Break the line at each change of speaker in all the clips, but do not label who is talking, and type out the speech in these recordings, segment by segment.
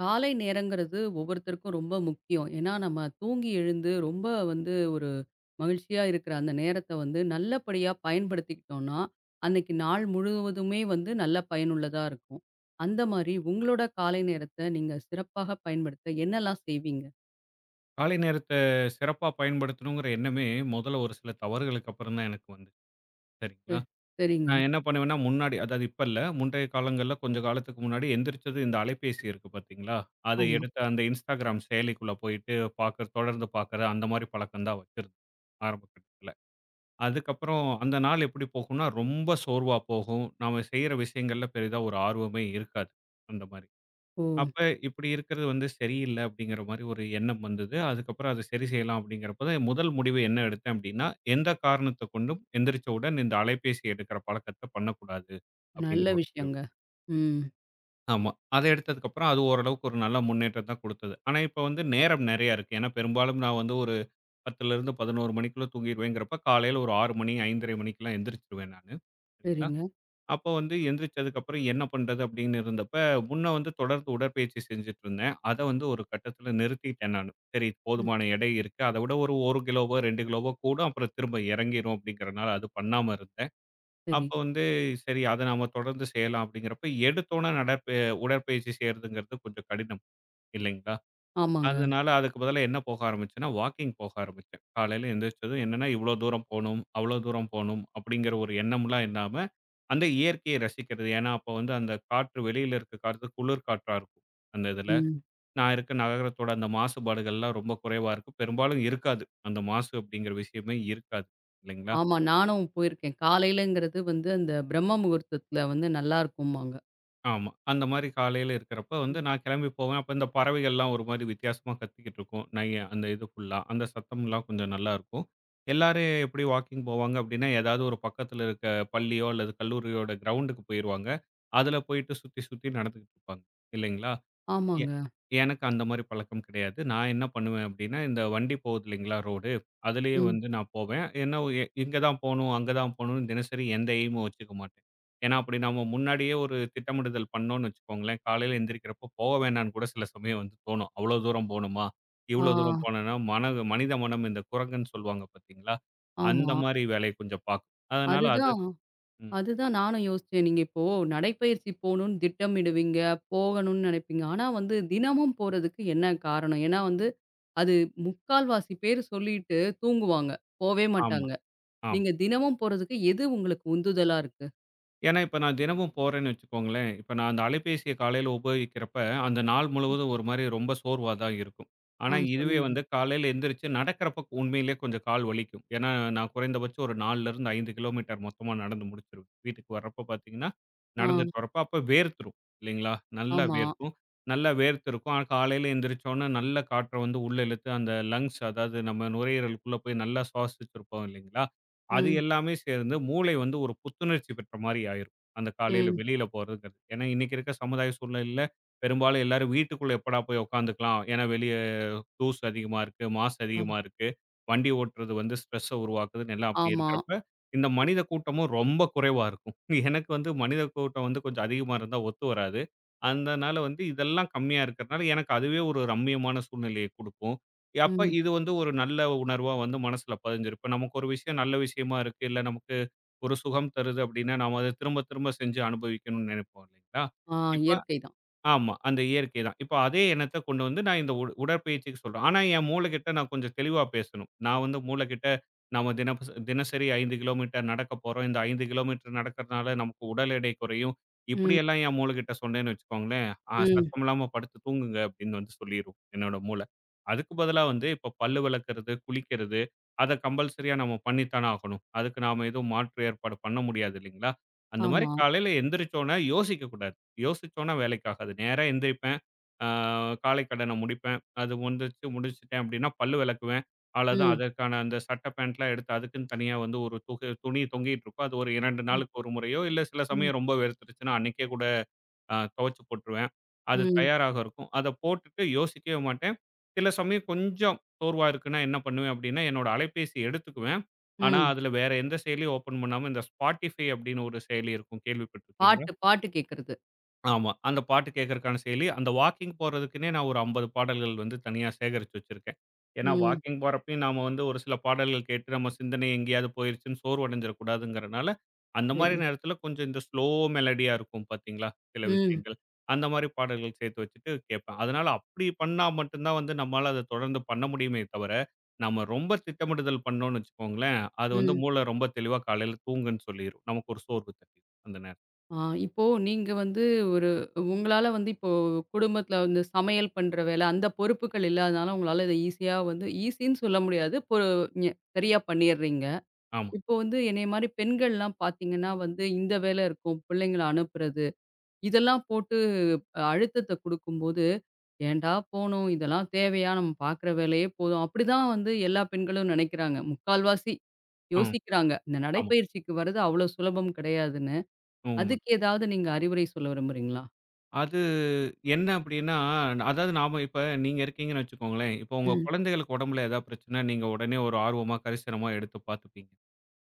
காலை நேரங்கிறது ஒவ்வொருத்தருக்கும் ரொம்ப முக்கியம். ஏன்னா, நம்ம தூங்கி எழுந்து ரொம்ப வந்து ஒரு மகிழ்ச்சியா இருக்கிற அந்த நேரத்த வந்து நல்லபடியா பயன்படுத்திக்கிட்டோம்னா, அன்னைக்கு நாள் முழுவதுமே வந்து நல்ல பயனுள்ளதா இருக்கும். அந்த மாரி உங்களோட காலை நேரத்த நீங்க சிறப்பாக பயன்படுத்த என்னலாம் செய்வீங்க?
காலை நேரத்த சிறப்பா பயன்படுத்தணுங்கிற எண்ணமே முதல்ல ஒரு சில தவறுகளுக்கு அப்புறம் தான் எனக்கு வந்துச்சு.
ச
சரிங்களா?
சரிங்க.
நான் என்ன பண்ணுவேன்னா, முன்னாடி அதாவது இப்ப இல்ல. முந்தைய காலங்கள்ல கொஞ்ச காலத்துக்கு முன்னாடி எந்திரிச்சது இந்த அலைபேசி இருக்கு பார்த்தீங்களா? அத
ஆமா.
எடுத்து அந்த Instagram செயலிக்குள்ள போயிட்டு பார்க்க தொடர்ந்து பார்க்குற அந்த மாரி பழக்கம் தான் வச்சிருந்தேன் ஆரம்ப கட்டத்துல. அதுக்கப்புறம் அந்த நாள் எப்படி போகும்னா, ரொம்ப சோர்வா போகும். நாம செய்ற விஷயங்கள்ல பெரிதா ஒரு ஆர்வமே இருக்காது. அந்த மாரி.
ஓ!
அப்ப இப்படி இருக்கிறது வந்து சரியில்ல அப்படிங்கிற மாரி ஒரு எண்ணம் வந்தது. அதுக்கப்புறம் அத சரி செய்யலாம் அப்படிங்கிறப்ப தான் முதல் முடிவு என்ன எடுத்தேன் அப்படின்னா, எந்த காரணத்த கொண்டும் எந்திரிச்சவுடன் இந்த அலைபேசி எடுக்கிற பழக்கத்த பண்ணக்கூடாது
நல்ல
அப்படிங்கிற ஒரு முடிவு.
விஷயங்க. ம்.
ஆமா. அத எடுத்ததுக்கப்புறம் அது ஓரளவுக்கு ஒரு நல்ல முன்னேற்றம் தான் குடுத்தது. ஆனா இப்ப வந்து நேரம் நெறையா இருக்கு. ஏன்னா பெரும்பாலும் நான் வந்து ஒரு 10லிருந்து 11 மணிக்குள்ள தூங்கிருவேங்கிறப்ப, காலையில ஒரு 6 மணி 5:30 மணிக்கெல்லாம் எந்திரிச்சுருவேன் நானு. சரிங்களா?
சரிங்க.
அப்போ வந்து எந்திரிச்சதுக்கு அப்புறம் என்ன பண்றது அப்படின்னு இருந்தப்ப, முன்ன வந்து தொடர்ந்து உடற்பயிற்சி செஞ்சுட்டு இருந்தேன். அத வந்து ஒரு கட்டத்துல நிறுத்திட்டேன் நானு. சரி
ம்.
போதுமான எடை இருக்கு. அத விட ஒரு 1 கிலோவோ, 2 கிலோவோ கூடும். அப்புறம் திரும்ப இறங்கிரும் அப்படிங்கிறனால அது பண்ணாம இருந்தேன்.
சரி.
அப்ப வந்து சரி அத நாம தொடர்ந்து செய்யலாம் அப்படிங்கிறப்ப, எடுத்தோன உடற்பயிற்சி செய்யறதுங்கிறது கொஞ்சம் கடினம் இல்லைங்களா?
ஆமாங்க.
அதனால அதுக்கு பதிலா என்ன போக ஆரம்பிச்சேன்னா, வாக்கிங் போக ஆரம்பிச்சேன். காலையில எந்திரிச்சதும் என்னன்னா, இவ்வளோ தூரம் போணும், அவ்வளோ தூரம் போணும் அப்படிங்கிற ஒரு எண்ணம்லாம் இல்லாம, அந்த இயற்கையை ரசிக்கிறது. ஏன்னா, அப்போ வந்து அந்த காற்று வெளியில இருக்க காற்று குளிர் காற்றா இருக்கும். அந்த இதில.
ம்.
நான் இருக்க நகரத்தோட அந்த மாசுபாடுகள்லாம் ரொம்ப குறைவா இருக்கும். பெரும்பாலும் இருக்காது. அந்த மாசு அப்படிங்கிற விஷயமே இருக்காது. இல்லைங்களா?
ஆமா. நானும் போயிருக்கேன். காலையிலங்கிறது வந்து அந்த பிரம்ம முகூர்த்தத்துல வந்து நல்லாருக்கும்பாங்க.
ஆமா. அந்த மாரி காலையில இருக்கிறப்ப வந்து நான் கிளம்பி போவேன். அப்ப இந்த பறவைகள்லாம் ஒரு மாரி வித்தியாசமா கத்திக்கிட்டு இருக்கும். நைய அந்த இது ஃபுல்லா. அந்த சத்தம்லாம் கொஞ்சம் நல்லாருக்கும். எல்லாரும் எப்படி வாக்கிங் போவாங்க அப்படின்னா, ஏதாவது ஒரு பக்கத்துல இருக்க பள்ளியோ அல்லது கல்லூரியோட கிரவுண்டுக்கு போயிருவாங்க. அதுல போயிட்டு சுத்தி, சுத்தி நடந்துகிட்டு இருப்பாங்க. இல்லைங்களா? எ
ஆமாங்க.
எனக்கு அந்த மாரி பழக்கம் கிடையாது. நான் என்ன பண்ணுவேன் அப்டின்னா, இந்த வண்டி போகுது இல்லைங்களா ரோடு, அதிலேயே
ம்.
வந்து நான் போவேன். ஏன்னா இங்க தான் போணும், அங்க தான் போணும்னு தினசரி எந்த எய்மும் வச்சுக்க மாட்டேன். ஏன்னா அப்படி நம்ம முன்னாடியே ஒரு திட்டமிடுதல் பண்ணோம்னு வச்சுக்கோங்களேன், காலையில எந்திரிக்கிறப்போ போக வேணான்னு கூட சில சமயம் வந்து தோணும். அவ்வளோ தூரம் போணுமா?
ஆ,
இவ்வளோ தூரம் போனோம்னா மனித மனம் இந்த குரங்குன்னு சொல்லுவாங்க பார்த்தீங்களா? அந்த
ஆமா.
மாரி வேலைய கொஞ்சம் பார்க்கும். அதனால அது
அதுதான்
ம்.
அதுதான் நானும் யோசிச்சேன். நீங்க இப்போ நடைப்பயிற்சி போணும்னு திட்டமிடுவீங்க, போகணும்னு நெனைப்பீங்க. ஆனா வந்து தினமும் போறதுக்கு என்ன காரணம்? ஏன்னா வந்து அது முக்கால்வாசி பேர் சொல்லிட்டு தூங்குவாங்க. போவே
ஆமா,
மாட்டாங்க.
ஆமா.
நீங்க தினமும் போறதுக்கு எது உங்களுக்கு உந்துதலா இருக்கு?
ஏன்னா, இப்ப நான் தினமும் போறேன்னு வச்சுக்கோங்களேன், இப்ப நான் அந்த அலைபேசிய காலையில உபயோகிக்கிறப்ப, அந்த நாள் முழுவதும் ஒரு மாரி ரொம்ப சோர்வா தான் இருக்கும்.
ஆ
ஆனா, இதுவே
சொன்னீங்க.
வந்து காலையில எந்திரிச்சு நடக்கிறப்ப உண்மையிலேயே கொஞ்சம் கால் வலிக்கும். ஏன்னா, நான் குறைந்தபட்சம் ஒரு 4லருந்து 5 கிலோமீட்டர் மொத்தமா நடந்து முடிச்சிருவேன். வீட்டுக்கு வர்றப்ப பார்த்தீங்கன்னா,
ஆ,
நடந்துட்டு வரப்ப அப்ப வேர்த்துரும் இல்லைங்களா? நல்லா
ஆமா.
வேர்க்கும். நல்லா வேர்த்திருக்கும். ஆனா, காலையில எந்திரிச்சோன நல்ல காற்ற வந்து உள்ள இழுத்து அந்த லங்ஸ் அதாவது நம்ம நுரையீரலுக்குள்ள போய் நல்லா சுவாசிச்சிருப்போம் இல்லைங்களா? அது
ம்,
எல்லாமே சேர்ந்து மூளை வந்து ஒரு புத்துணர்ச்சி பெற்ற மாரி ஆயிரும். அந்த காலையில
ம்.
வெளியில போறதுங்கிறது. ஏன்னா இன்னைக்கு இருக்க சமுதாய சூழ்நிலையில பெரும்பாலும் எல்லாரும் வீட்டுக்குள்ள எப்படா போய் உட்காந்துக்கலாம். ஏன்னா வெளிய தூசு அதிகமா இருக்கு, மாசு
ஆ,
அதிகமா இருக்கு. வண்டி ஓட்டுறது வந்து ஸ்ட்ரெஸ்ஸ உருவாக்குதுன்னு எல்லாம் அப்படி
ஆமா.
இருக்கிறப்ப, இந்த மனித கூட்டமும் ரொம்ப குறைவா இருக்கும். எனக்கு வந்து மனித கூட்டம் வந்து கொஞ்சம் அதிகமா இருந்தா ஒத்து வராது. அதனால வந்து இதெல்லாம் கம்மியா இருக்கிறதுனால எனக்கு அதுவே ஒரு ரம்மியமான சூழ்நிலையை குடுக்கும். அப்ப
ம்.
இது வந்து ஒரு நல்ல உணர்வா வந்து மனசுல பதிஞ்சிரும். இப்ப நமக்கு ஒரு விஷயம் நல்ல விஷயமா இருக்கு. இல்ல நமக்கு ஒரு சுகம் தருது அப்படின்னா, நாம அத திரும்ப திரும்ப செஞ்சு அனுபவிக்கணும்னு நினைப்போம் இல்லைங்களா?
ஆ
இப்ப
இயற்கை தான்.
ஆமா. அந்த இயற்கை தான். இப்ப அதே எண்ணத்த கொண்டு வந்து நான் இந்த உடற்பயிற்சிக்கு சொல்றேன். ஆனா என் மூளைகிட்ட நான் கொஞ்சம் தெளிவா பேசணும். நான் வந்து மூளைகிட்ட நாம தினசரி 5 கிலோமீட்டர் நடக்கப் போறோம். இந்த 5 கிலோமீட்டர் நடக்கிறதுனால நமக்கு உடல் எடை குறையும்.
ம்,
இப்படியெல்லாம் என் மூளைகிட்ட சொன்னேன்னு வச்சுக்கோங்களேன்,
ம்.
சத்தம் இல்லாம படுத்து தூங்குங்க அப்படின்னு வந்து சொல்லிரும் என்னோட மூளை. அதுக்கு பதிலா வந்து இப்ப பல்லு விளக்குறது, குளிக்கிறது, அத கம்பல்சரியா நம்ம பண்ணித்தானே ஆகணும். அதுக்கு நாம எதுவும் மாற்று ஏற்பாடு பண்ண முடியாது இல்லைங்களா? அந்த மாரி
ஆமா.
காலையில எந்திரிச்ச உடனே யோசிக்கக்கூடாது. யோசிச்சோன்னா வேலைக்கு ஆகாது. நேரா எந்திரிப்பேன். ஆ காலை கடன முடிப்பேன். அது முடிஞ்சிச்சு முடிச்சுட்டேன் அப்டின்னா, பல்லு வெளக்குவேன். அவ்வளோதான்.
ம்,
அதற்கான அந்த சட்ட பேண்ட்லாம் எடுத்து அதுக்குன்னு தனியா வந்து ஒரு துணி தொங்கிட்டு இருக்கும். அது ஒரு 2
ம்,
நாளுக்கு ஒரு முறையோ, இல்ல சில
ம்,
சமயம் ரொம்ப வேர்த்துருச்சுன்னா, அன்னைக்கே கூட துவச்சு போட்டுருவேன். அது
ம்,
தயாராக இருக்கும். அத போட்டுட்டு யோசிக்கவே மாட்டேன். சில சமயம் கொஞ்சம் சோர்வா இருக்குன்னா என்ன பண்ணுவேன் அப்டின்னா, என்னோட அலைபேசி எடுத்துக்குவேன். ஆனா,
ம்.
அதுல வேற எந்த செயலியும் ஓப்பன் பண்ணாம இந்த Spotify அப்டின்னு ஒரு செயலி இருக்கும். கேள்விப்பட்டுருக்கீங்களா?
பாட்டு, பாட்டு கேட்கறது.
ஆமா. அந்த பாட்டு கேட்கறக்கான செயலி. அந்த வாக்கிங் போறதுக்குன்னே நான் ஒரு 50 பாடல்கள் வந்து தனியா சேகரிச்சு வச்சிருக்கேன். ஏன்னா
ம்.
வாக்கிங் போறப்பயும் நாம வந்து ஒரு சில பாடல்கள் கேட்டு நம்ம சிந்தனை எங்கேயாவது போயிருச்சுன்னு சோர்வடைஞ்சிடக்கூடாதுங்கிறனால, அந்த மாரி
சரி.
நேரத்தில கொஞ்சம் இந்த ஸ்லோ மெலோடியா இருக்கும் பார்த்தீங்களா? சில
ம்.
விஷயங்கள். அந்த மாரி பாடல்கள் சேர்த்து வச்சுட்டு கேட்பேன். அதனால அப்படி பண்ணா மட்டும் தான் வந்து நம்மால அத தொடர்ந்து பண்ண முடியுமே தவிர, நம்ம ரொம்ப திட்டமிடுதல் பண்ணோம்னு வச்சுக்கோங்களேன், அது வந்து
ம்.
மூளை ரொம்ப தெளிவா காலையில தூங்குன்னு சொல்லிரும். நமக்கு ஒரு சோர்வு தட்டிரும் அந்த நேரம்.
ஆ இப்போ நீங்க வந்து ஒரு உங்களால வந்து இப்போ குடும்பத்தில வந்து சமையல் பண்ற வேலை, அந்த பொறுப்புகள் இல்லாதனால உங்களால இத ஈஸியா வந்து ஈஸின்னு சொல்ல முடியாது. பொ ஞ சரியா பண்ணிர்றீங்க.
ஆமா.
இப்போ வந்து என்னைய மாரி பெண்கள்லாம் பார்த்தீங்கன்னா வந்து இந்த வேலை இருக்கும். பிள்ளைங்கள அனுப்புறது. இதெல்லாம் போட்டு அழுத்தத்த குடுக்கும்போது, "ஏன்டா போனோம்? இதெல்லாம் தேவையா? நம்ம பார்க்குற வேலையே போதும்." அப்படிதான் வந்து எல்லா பெண்களும் நெனைக்கிறாங்க. முக்கால்வாசி
ம்.
யோசிக்கிறாங்க. இந்த
ஆமா.
நடைப்பயிற்சிக்கு வர்றது அவ்வளோ சுலபம் கிடையாதுன்னு.
உண்ம.
அதுக்கு ஏதாவது நீங்க அறிவுரை சொல்ல விரும்புறீங்களா?
அது என்ன அப்படின்னா, அதாவது நாம இப்ப நீங்க இருக்கீங்கன்னு வச்சுக்கோங்களேன். இப்ப உங்க
ம்.
குழந்தைகளுக்கு உடம்புல ஏதாவது பிரச்சனை, நீங்க உடனே ஒரு ஆர்வமா, கரிசனமா எடுத்து பார்த்துப்பீங்க.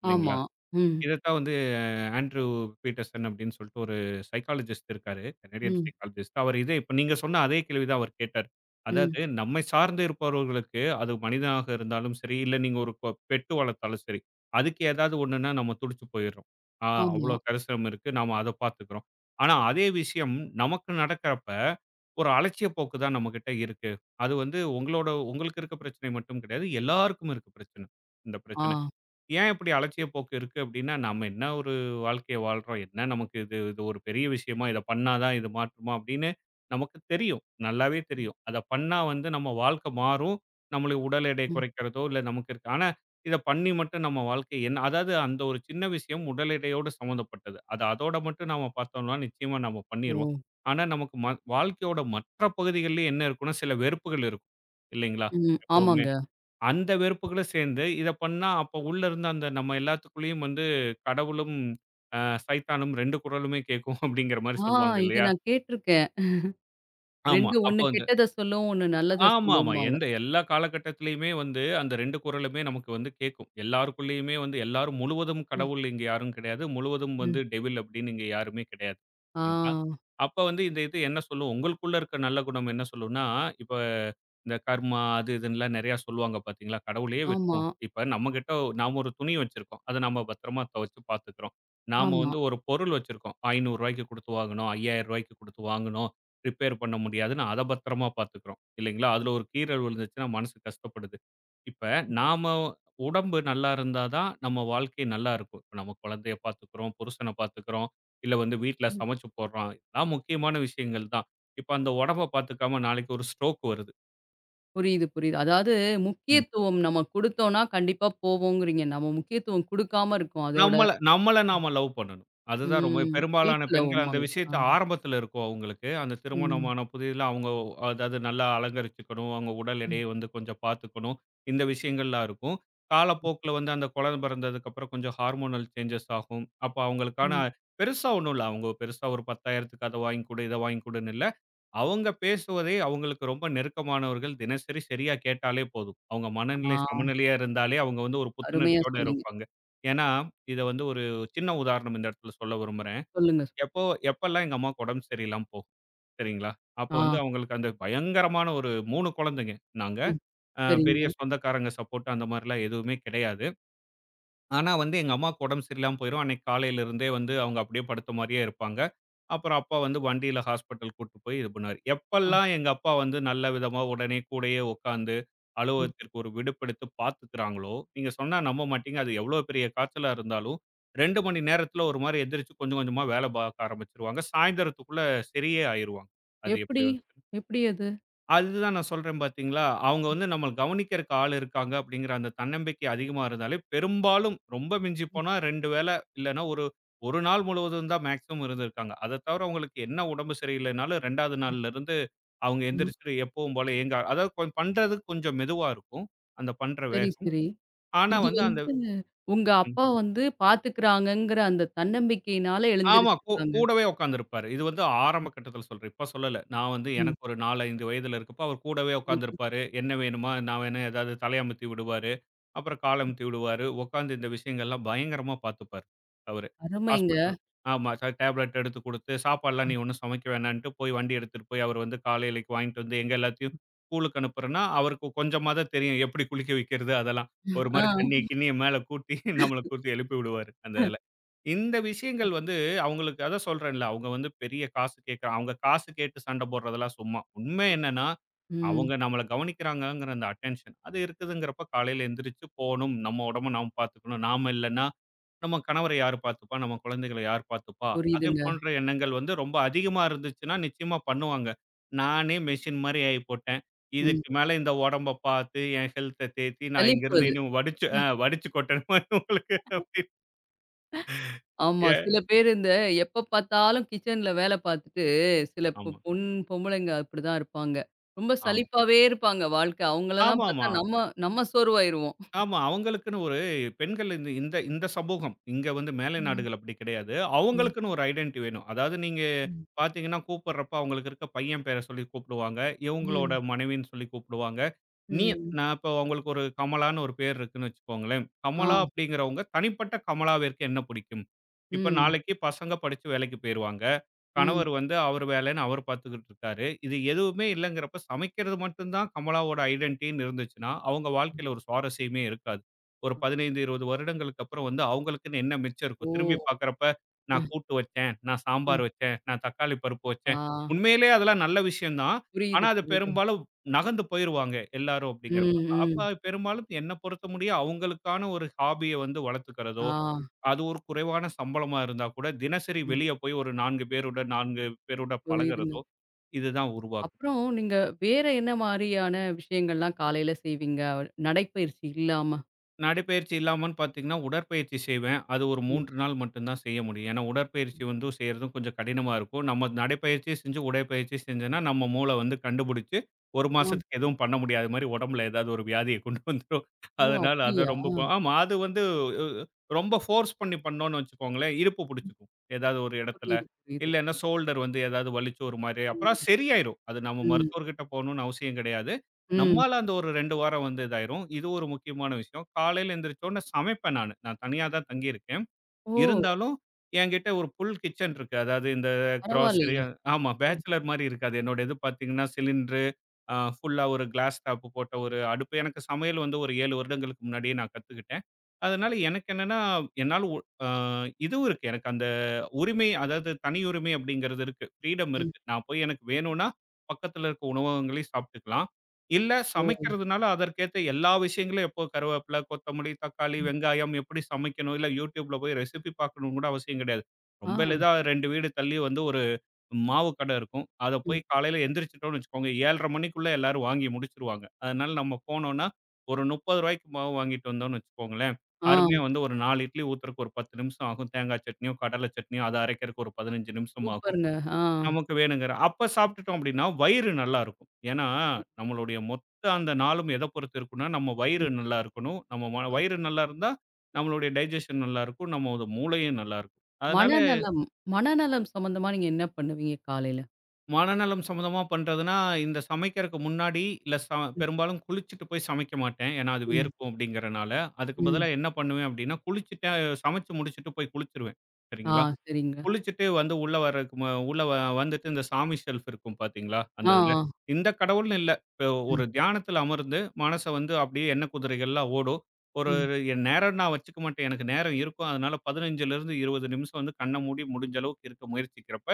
இல்லைங்களா?
ஆமா. ம்.
இதத்தான் வந்து ஆண்ட்ரூ பீட்டர்சன் அப்படின்னு சொல்லிட்டு ஒரு சைக்காலஜிஸ்ட் இருக்காரு. கனேடியன்
ம்.
சைக்காலஜிஸ்ட். அவர் இதே இப்ப நீங்க சொன்ன அதே கேள்வி தான் அவர் கேட்டாரு.
ம்.
அதாவது நம்மை சார்ந்து இருப்பவர்களுக்கு, அது மனிதனாக இருந்தாலும் சரி, இல்ல நீங்க ஒரு பெட்டு வளர்த்தாலும் சரி, அதுக்கு ஏதாவது ஒண்ணுன்னா நம்ம துடிச்சு போயிடுறோம். ஆ
ஆமா.
அவ்வளோ கரிசனம் இருக்கு. நாம அத பார்த்துக்கிறோம். ஆனா அதே விஷயம் நமக்கு நடக்கிறப்ப ஒரு அலட்சிய போக்கு தான் நம்மகிட்ட இருக்கு. அது வந்து உங்களோட உங்களுக்கு இருக்க பிரச்சனை மட்டும் கிடையாது. எல்லாருக்கும் இருக்க பிரச்சனை. இந்த பிரச்சனை.
ஆ.
ஏன் இப்படி அலட்சிய போக்கு இருக்கு அப்படின்னா, நம்ம என்ன ஒரு வாழ்க்கைய வாழ்றோம்? என்ன நமக்கு இது இது ஒரு பெரிய விஷயமா? இத பண்ணா தான் இது மாற்றுமா? அப்படின்னு நமக்கு தெரியும். நல்லாவே தெரியும். அத பண்ணா வந்து நம்ம வாழ்க்கை மாறும். நம்மளுடைய உடல் எடை
ம்.
குறைக்கிறதோ, இல்ல நமக்கு இருக்க ஆனா இத பண்ணி மட்டும் நம்ம வாழ்க்கை என்ன அதாவது அந்த ஒரு சின்ன விஷயம் உடல் எடையோடு சம்மந்தப்பட்டது. அது அதோட மட்டும் நாம பார்த்தோம்னா, நிச்சயமா நம்ம
ஓ!
பண்ணிருவோம். ஆனா நமக்கு வாழ்க்கையோட மற்ற பகுதிகள்ல என்ன இருக்கும்னா, சில வெறுப்புகள் இருக்கும். இல்லைங்களா?
ம்.
எப்பவுமே.
ஆமாங்க.
அந்த வெறுப்புகளும் சேர்ந்து, இத பண்ணா அப்போ உள்ள இருந்த அந்த நம்ம எல்லாத்துக்குள்ளேயும் வந்து கடவுளும், அ சைத்தானும் 2 குரலுமே கேட்கும் அப்படிங்கிற மாரி
ஆ
சொல்லுவாங்க
இத
இல்லையா?
நான் கேட்டுருக்கேன்.
ஆமா.
2
அப்போ
ஒண்ணு
வந்து
கெட்டத சொல்லும், ஒண்ணு நல்லத
ஆமாமா.
சொல்லும்பாங்க.
எந்த எல்லா காலகட்டத்திலயுமே வந்து, அந்த 2 குரலுமே நமக்கு வந்து கேட்கும். எல்லாருக்குள்ளயுமே வந்து எல்லாரும் முழுவதும்
ம்.
கடவுள் இங்க யாரும் கிடையாது. முழுவதும்
ம்.
வந்து டெவில் அப்படின்னு இங்க யாருமே கிடையாது.
ஆ.
சரிங்களா? அப்ப வந்து இந்த இது என்ன சொல்லும்? உங்களுக்குள்ள இருக்க நல்ல குணம் என்ன சொல்லும்னா, இப்ப இந்த கர்மா அது இதுன்னுலாம் நெறையா சொல்லுவாங்க பார்த்தீங்களா? கடவுளையே
ஆமா.
விட்டுருவோம். இப்ப நம்மகிட்ட நாம ஒரு துணி வச்சிருக்கோம். அத நாம பத்திரமா துவச்சு பார்த்துக்கிறோம். நாம
ஆமா.
வந்து ஒரு பொருள் வச்சிருக்கோம். ரூ. 500க்கு குடுத்து வாங்கணும். ரூ. 5000க்கு குடுத்து வாங்கணும். ரிப்பேர் பண்ண முடியாதுன்னு அத பத்திரமா பார்த்துக்கிறோம். இல்லைங்களா? அதுல ஒரு கீறல் விழுந்துச்சுன்னா மனசு கஷ்டப்படுது. இப்ப நாம உடம்பு நல்லா இருந்தா தான் நம்ம வாழ்க்கை நல்லா இருக்கும். இப்ப நம்ம குழந்தைய பார்த்துக்கிறோம், புருஷன பார்த்துக்கிறோம், இல்ல வந்து வீட்ல சமைச்சு போடுறோம். இதெல்லாம் முக்கியமான விஷயங்கள் தான். இப்ப அந்த உடம்ப பார்த்துக்காம நாளைக்கு ஒரு ஸ்ட்ரோக் வருது.
புரியுது, புரியுது. அதாவது முக்கியத்துவம் நம்ம குடுத்தோம்னா கண்டிப்பா போவோங்கிறீங்க. நம்ம முக்கியத்துவம் குடுக்காம இருக்கோம். அதோட
நம்மள நம்மள நாம லவ் பண்ணணும். அதுதான் ரொம்ப
ம்
பெரும்பாலான
செல்ஃப்
பெண்கள் அந்த
லவ்ம்பாங்க. ஆ.
விஷயத்த ஆரம்பத்தில இருக்கும் அவங்களுக்கு. அந்த
ம்.
திருமணமான புதிதில அவங்க அதாவது நல்லா அலங்கரிச்சுக்கணும். அவங்க உடல்
ம்.
எடைய வந்து கொஞ்சம் பார்த்துக்கணும். இந்த விஷயங்கள்லாம் இருக்கும்.
ம்.
காலப்போக்கில வந்து அந்த குழந்தை பிறந்ததுக்கப்புறம் கொஞ்சம் ஹார்மோனல் சேஞ்சஸ் ஆகும். அப்ப அவங்களுக்கான
ம்.
பெருசா ஒண்ணும் இல்ல. அவங்க பெருசா ஒரு 10,000க்கு அத வாங்கி கொடு, இத வாங்கி கொடுன்னு இல்ல. அவங்க பேசுவதை அவங்களுக்கு ரொம்ப நெருக்கமானவர்கள் தினசரி சரியா கேட்டாலே போதும். அவங்க மனநிலை
ஆ
சமநிலையா இருந்தாலே அவங்க வந்து ஒரு
அருமையா
புத்துணர்ச்சியோட
சொன்னீங்க.
இருப்பாங்க. ஏன்னா இத வந்து ஒரு சின்ன உதாரணம் இந்த இடத்துல சொல்ல விரும்புறேன்.
சொல்லுங்க.
எப்போ எப்பல்லாம் எங்க அம்மாவுக்கு உடம்பு சரியில்லாம போகும். சரிங்களா? அப்போ வந்து
ஆ.
அவங்களுக்கு அந்த பயங்கரமான ஒரு 3 குழந்தைங்க நாங்க.
ம்.
பெரிய
சரிங்க.
சொந்தக்காரங்க சப்போர்ட் அந்த மாரிலாம் எதுவுமே கிடையாது. ஆனா வந்து எங்க அம்மாவுக்கு உடம்பு சரியில்லாம போயிரும். அன்னைக்கு காலையில இருந்தே வந்து அவங்க அப்படியே படுத்த மாரியே இருப்பாங்க. அப்புறம் அப்பா வந்து வண்டியில ஹாஸ்பிட்டல் கூட்டிட்டு போய் இது பண்ணாரு.
ஆ.
எப்பல்லாம் எங்க அப்பா வந்து நல்ல விதமா உடனே கூடயே உட்காந்து
ம்.
அலுவலகத்திற்கு ஒரு விடுப்பெடுத்து பார்த்துக்கிறாங்களோ, நீங்க சொன்னா நம்ப மாட்டீங்க. அது எவ்வளோ பெரிய காய்ச்சலா இருந்தாலும் 2 மணி நேரத்தில ஒரு மாரி எந்திரிச்சு கொஞ்சம் கொஞ்சமா வேலை பார்க்க ஆரம்பிச்சுருவாங்க. சாயந்தரத்துக்குள்ள சரியே ஆயிருவாங்க. அது எப்படி
எப்படி?
வந்து
எப்படி அது?
அதுதான் நான் சொல்றேன் பார்த்தீங்களா, அவங்க வந்து நம்மள கவனிக்கிறக்கு ஆள் இருக்காங்க அப்படிங்கிற அந்த தன்னம்பிக்கை அதிகமா இருந்தாலே, பெரும்பாலும் ரொம்ப மிஞ்சி போனா 2 வேள இல்லன்னா, ஒரு 1 நாள் முழுவதும் தான் மேக்ஸிமம் இருந்திருக்காங்க. அத தவிர அவங்களுக்கு என்ன உடம்பு சரியில்லைனாலும் 2வது நாள்லருந்து அவங்க
ம்.
எந்திரிச்சுட்டு எப்பவும் போல ஏங்க அதாவது பண்றது கொஞ்சம் மெதுவா இருக்கும். அந்த பண்ற
சரி,
வேகம்.
சரி.
ஆனா
இது
வந்து அந்த
வந்து உங்க
ம்.
அப்பா வந்து பார்த்துக்கிறாங்கங்கிற அந்த தன்னம்பிக்கையினால
ஆமா
எழுந்திருச்சுருக்காங்க.
கூடவே உட்கார்ந்திருப்பாரு. இது வந்து ஆரம்ப கட்டத்தில சொல்றேன். இப்ப சொல்லல. நான் வந்து
ம்.
எனக்கு ஒரு 4, 5 வயதில இருக்கப்ப அவர் கூடவே
புரியுது.
உட்கார்ந்திருப்பாரு. என்ன வேணுமா? நான் வேணா ஏதாவது தலையமத்தி விடுவாரு. அப்புறம் கால் அமுத்தி விடுவாரு. உட்காந்து இந்த விஷயங்கள்லாம் பயங்கரமா பார்த்துப்பாரு அவரு.
அருமைங்க.
ஹாஸ்பிட்டல் ஆமா. டேப்லெட் எடுத்து குடுத்து, சாப்பாடுலாம் நீ ஒண்ணும் சமைக்க வேணான்ட்டு, போய் வண்டி எடுத்துட்டு போய் அவர் வந்து காலையிலக்கு வாங்கிட்டு வந்து எங்க எல்லாத்தையும் ஸ்கூலுக்கு அனுப்புறேன்னா, அவருக்கு கொஞ்சமா தான் தெரியும். எப்படி குளிக்க வைக்கிறது அதெல்லாம். ஒரு மாரி
ஆ.
தண்ணிய கிண்ணிய மேல கூட்டி நம்மள கூட்டி எழுப்பி விடுவாரு அந்த இதுல. இந்த விஷயங்கள் வந்து அவங்களுக்கு அதான் சொல்றேன்ல, அவங்க வந்து பெரிய காசு கேட்க அவங்க காசு கேட்டு சண்டை போடுறதெல்லாம் சும்மா. உண்மை என்னன்னா
ம்.
அவங்க நம்மள கவனிக்கிறாங்கங்கிற அந்த அட்டென்ஷன் அது இருக்குதுங்கிறப்ப காலையில எந்திரிச்சு போணும். நம்ம உடம்ப நாம் பார்த்துக்கணும். நாம இல்லன்னா, நம்ம கணவரை யார் பார்த்துப்பா? நம்ம குழந்தைகள யார் பார்த்துப்பா? அதே
புரியுதுங்க.
போன்ற எண்ணங்கள் வந்து ரொம்ப அதிகமா இருந்துச்சுன்னா, நிச்சயமா பண்ணுவாங்க. நானே மெஷின் மாரி ஆயி போட்டேன்.
ம்.
இதுக்கு மேல இந்த உடம்ப பார்த்து, என் ஹெல்த்த தேத்தி, நான்
சலிப்பு
இங்கிருந்து
அது.
இன்னும் வடிச்சு வடிச்சு கொட்டணும் உங்களுக்கு. அப்டின்னு.
ஆமா. சில பேரு இந்த எப்ப பார்த்தாலும் கிச்சன்ல வேல பார்த்துட்டு, சில பொ
ஆமா,
பொண் பொம்பளைங்க அப்படிதான் இருப்பாங்க. ரொம்ப
ஆமா.
சலிப்பாவே இருப்பாங்க வாழ்க்கை. அவங்களலாம் பார்த்தா
ஆமாமா.
நம்ம நம்ம சோர்வாயிருவோம்.
ஆமா. அவங்களுக்குன்னு ஒரு பெண்கள் இந்த இந்த இந்த சமூகம், இங்க வந்து மேலை
ம்.
நாடுகள் அப்படி கிடையாது.
ம்.
அவங்களுக்குன்னு ஒரு ஐடென்டிட்டி வேணும். அதாவது நீங்க
ம்.
பார்த்தீங்கன்னா, கூப்பிடுறப்ப அவங்களுக்கு இருக்க பையன் பேர சொல்லி கூப்பிடுவாங்க. இவங்களோட
ம்.
மனைவின்னு சொல்லி கூப்பிடுவாங்க. நீ
ம்.
நான் இப்போ அவங்களுக்கு ஒரு கமலான்னு ஒரு பேர் இருக்குன்னு வச்சுக்கோங்களேன்.
ஆ.
கமலா அப்படிங்கிறவங்க தனிப்பட்ட கமலாவிற்கு என்ன பிடிக்கும்? இப்ப
ம்.
நாளைக்கு பசங்க படிச்சு வேலைக்கு போயிருவாங்க.
ம்.
கணவர் வந்து அவர் வேலைன்னு அவர் பார்த்துக்கிட்டு இருக்காரு. இது எதுவுமே இல்லங்கிறப்ப சமைக்கிறது மட்டும் தான் கமலாவோட ஐடென்டிட்டின்னு இருந்துச்சுன்னா, அவங்க வாழ்க்கையில ஒரு சுவாரஸ்யமே இருக்காது. ஒரு 15, 20 வருடங்களுக்கு அப்புறம் வந்து அவங்களுக்குன்னு என்ன மிச்சம் இருக்கும்?
ஓ!
திரும்பி பார்க்குறப்ப,
அ,
நான் கூட்டு வச்சேன், நான்
ம்.
சாம்பார் வச்சேன், நான் தக்காளி பருப்பு
ஆ.
வச்சேன். உண்மையிலேயே அதெல்லாம் நல்ல விஷயம் தான். ஆனா,
புரியுது,
அது
புரியுது.
பெரும்பாலும் நகர்ந்து போயிருவாங்க எல்லாரும்
ம்.
அப்படிங்கிறப்ப.
ம்.
அப்ப பெரும்பாலும் என்ன பொறுத்த முடிய அவங்களுக்கான ஒரு ஹாபிய வந்து வளர்த்துக்கிறதோ!
ஆ.
அது ஒரு குறைவான சம்பளமா இருந்தா கூட, தினசரி
ம்.
வெளிய போய் ஒரு 4 பேருடன் 4 பேரோட
புரியுதுங்க.
பழகுறதோ, இதுதான் உருவாக்கும்.
அப்புறம் நீங்க வேற என்ன மாரியான விஷயங்கள்லாம் காலையில செய்வீங்க? நடைப்பயிற்சி இல்லாம?
நடைப்பயிற்சி இல்லாமன்னு பார்த்தீங்கன்னா, உடற்பயிற்சி செய்வேன். அது ஒரு
ம்.
3 நாள் மட்டும் தான் செய்ய முடியும். ஏன்னா, உடற்பயிற்சி வந்து செய்றதும் கொஞ்சம் கடினமா இருக்கும். நம்ம நடைப்பயிற்சி செஞ்சு, உடற்பயிற்சி செஞ்சோம்னா, நம்ம மூளை வந்து கண்டுபிடிச்சு 1
ஆ.
மாசத்துக்கு எதுவும் பண்ண முடியாத மாரி உடம்புல ஏதாவது ஒரு வியாதிய கொண்டு வந்துரும்.
ஓ!
அதனால அத
அப்படியா?
ரொம்ப ஆமா. அது வந்து அ ரொம்ப ஃபோர்ஸ் பண்ணி பண்ணோம்னு வச்சுக்கோங்களேன், இருப்பு புடிச்சுக்கும். ஏதாவது ஒரு இடத்துல.
புரியுது, புரியுது.
இல்லன்னா ஷோல்டர் வந்து ஏதாவது வலிச்சு ஒரு மாரி அப்புறம்
ம்,
சரியாயிரும். அது நம்ம
ம்,
மருத்துவர்கிட்ட போகணும்னு அவசியம் கிடையாது.
ம்.
நம்மால அந்த ஒரு 2 வாரம் வந்து இதாயிரும். இது ஒரு முக்கியமான விஷயம். காலையில எந்திரிச்ச உடனே சமைப்பேன் நானு. நான் தனியா தான் தங்கியிருக்கேன்.
ஓ!
இருந்தாலும் என்கிட்ட ஒரு ஃபுல் கிச்சன் இருக்கு. அதாவது இந்த கிராசரி
பரவாயில்லையே!
ஆமா
ம்,
பேச்சுலர் மாரி இருக்காது. என்னோட இது பார்த்தீங்கன்னா, சிலிண்டரு ஃபுல்லா ஒரு கிளாஸ் டாப் போட்ட ஒரு அடுப்பு. எனக்கு சமையல் வந்து ஒரு 7 வருடங்களுக்கு முன்னாடியே நான் கத்துக்கிட்டேன். அதனால எனக்கு என்னன்னா, என்னால ஒ அ இதுவும் இருக்கு. எனக்கு அந்த உரிமை அதாவது தனி உரிமை அப்படிங்கிறது இருக்கு. ஃப்ரீடம்
ம்.
இருக்கு. நான் போய் எனக்கு வேணும்னா, பக்கத்துல இருக்க உணவகங்களையும் சாப்பிட்டுக்கலாம். இல்ல
ஓ!
சமைக்கிறதுனால அதற்கேத்த எல்லா விஷயங்களும் எப்போ கருவேப்பில, கொத்தமல்லி, தக்காளி,
ம்.
வெங்காயம் எப்படி சமைக்கணும், இல்ல YouTubeல போய் ரெசிபி பார்க்கணும்னு கூட அவசியம் கிடையாது.
ஆ,
ரொம்ப எளிதா 2 வீடு தள்ளி வந்து ஒரு மாவு கட இருக்கும். அத போய்
ம்.
காலையில எந்திரிச்சுட்டோம்னு வச்சுக்கோங்க, 7:30 மணிக்குள்ள எல்லாரும் வாங்கி முடிச்சுருவாங்க. அதனால நம்ம போனோம்னா, ஒரு ரூ. 30க்கு மாவு வாங்கிட்டு வந்தோம்னு வச்சுக்கோங்களேன்,
ஆ,
அருமையா வந்து ஒரு 4 இட்லி ஊத்துறக்கு ஒரு 10 நிமிஷம் ஆகும். தேங்காய் சட்னியோ, கடலை சட்னியோ அத அரைக்கிறக்கு ஒரு 15 நிமிஷம் ஆகும்.
சூப்பருங்க. ஆ.
நமக்கு வேணுங்கிற. அப்ப சாப்பிட்டுட்டோம் அப்படின்னா, வயிறு நல்லா இருக்கும். ஏன்னா, நம்மளுடைய மொத்த அந்த நாளும் எத பொறுத்து இருக்கும்னா, நம்ம
ம்.
வயிறு நல்லா இருக்கணும். நம்ம வயிறு நல்லா இருந்தா, நம்மளுடைய டைஜெஸ்ஷன் நல்லா இருக்கும். நம்மோட மூளையும் நல்லா இருக்கும். அதனால
மனநலம் மனநலம் சம்பந்தமா நீங்க என்ன பண்ணுவீங்க காலையில?
மனநலம் சம்மந்தமா பண்றதுன்னா, இந்த சமைக்கிறக்கு முன்னாடி இல்ல
ம்,
பெரும்பாலும் குளிச்சுட்டு போய் சமைக்க மாட்டேன். ஏன்னா அது
ம்,
வேர்க்கும் அப்படிங்கிறனால. அதுக்கு பதிலா
ம்.
என்ன பண்ணுவேன் அப்படின்னா, குளிச்சுட்டு சமைச்சு முடிச்சுட்டு போய் குளிச்சுருவேன்.
ஆ,
சரிங்களா?
சரிங்க.
குளிச்சுட்டு வந்து உள்ள வர்றதுக்கு ம உள்ள வ வந்துட்டு இந்த சாமி ஷெல்ஃப் இருக்கும் பார்த்தீங்களா, அந்த
ஆ,
இதுல.
ஆ.
இந்த கடவுள்னு இல்ல. இப்ப ஒரு
ம்,
தியானத்துல அமர்ந்து மனச வந்து அப்படியே எண்ண குதிரைகள்லாம் ஓடும். ஒரு
ம்.
என் நேரம் நான் வச்சுக்க மாட்டேன். எனக்கு நேரம் இருக்கும். அதனால 15லருந்து 20 நிமிஷம் வந்து கண்ண மூடி முடிஞ்ச அளவுக்கு இருக்க முயற்சிக்கிறப்ப,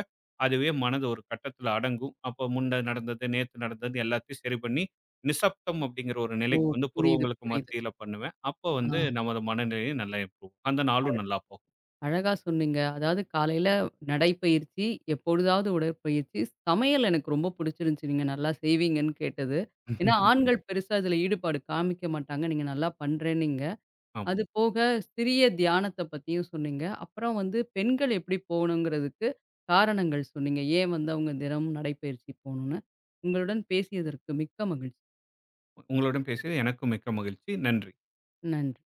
அதுவே மனது ஒரு கட்டத்துல அடங்கும். அப்ப முன்ன நடந்தது, நேத்து நடந்தது எல்லாத்தையும் சரி பண்ணி, நிசப்தம் அப்படிங்கிற ஒரு
ஓ!
நிலைக்கு வந்து
புரியுது,
புருவங்களுக்கு
புரியுது.
மத்தியில பண்ணுவேன். அப்ப
ஆ.
வந்து நமது மனநிலை நல்லா இருக்கும். அந்த நாளும் நல்லா போகும்.
அழகா சொன்னீங்க. அதாவது காலையில நடைப்பயிற்சி, எப்பொழுதாவது உடற்பயிற்சி, சமையல் எனக்கு ரொம்ப புடிச்சிருந்துச்சு. நீங்க நல்லா செய்வீங்கன்னு கேட்டது. ஏன்னா ஆண்கள் பெருசா இதுல ஈடுபாடு காமிக்க மாட்டாங்க. நீங்க நல்லா பண்றேன்னீங்க. அது போக சிறிய தியானத்த பத்தியும் சொன்னீங்க. அப்புறம் வந்து பெண்கள் எப்படி போகணுங்கிறதுக்கு காரணங்கள் சொன்னீங்க. ஏன் வந்து அவங்க தினமும் நடைப்பயிற்சி போகணும்னு. உங்களுடன் பேசியதற்கு மிக்க மகிழ்ச்சி.
உங்களுடன் பேசியது எனக்கும் மிக்க மகிழ்ச்சி. நன்றி.
நன்றி.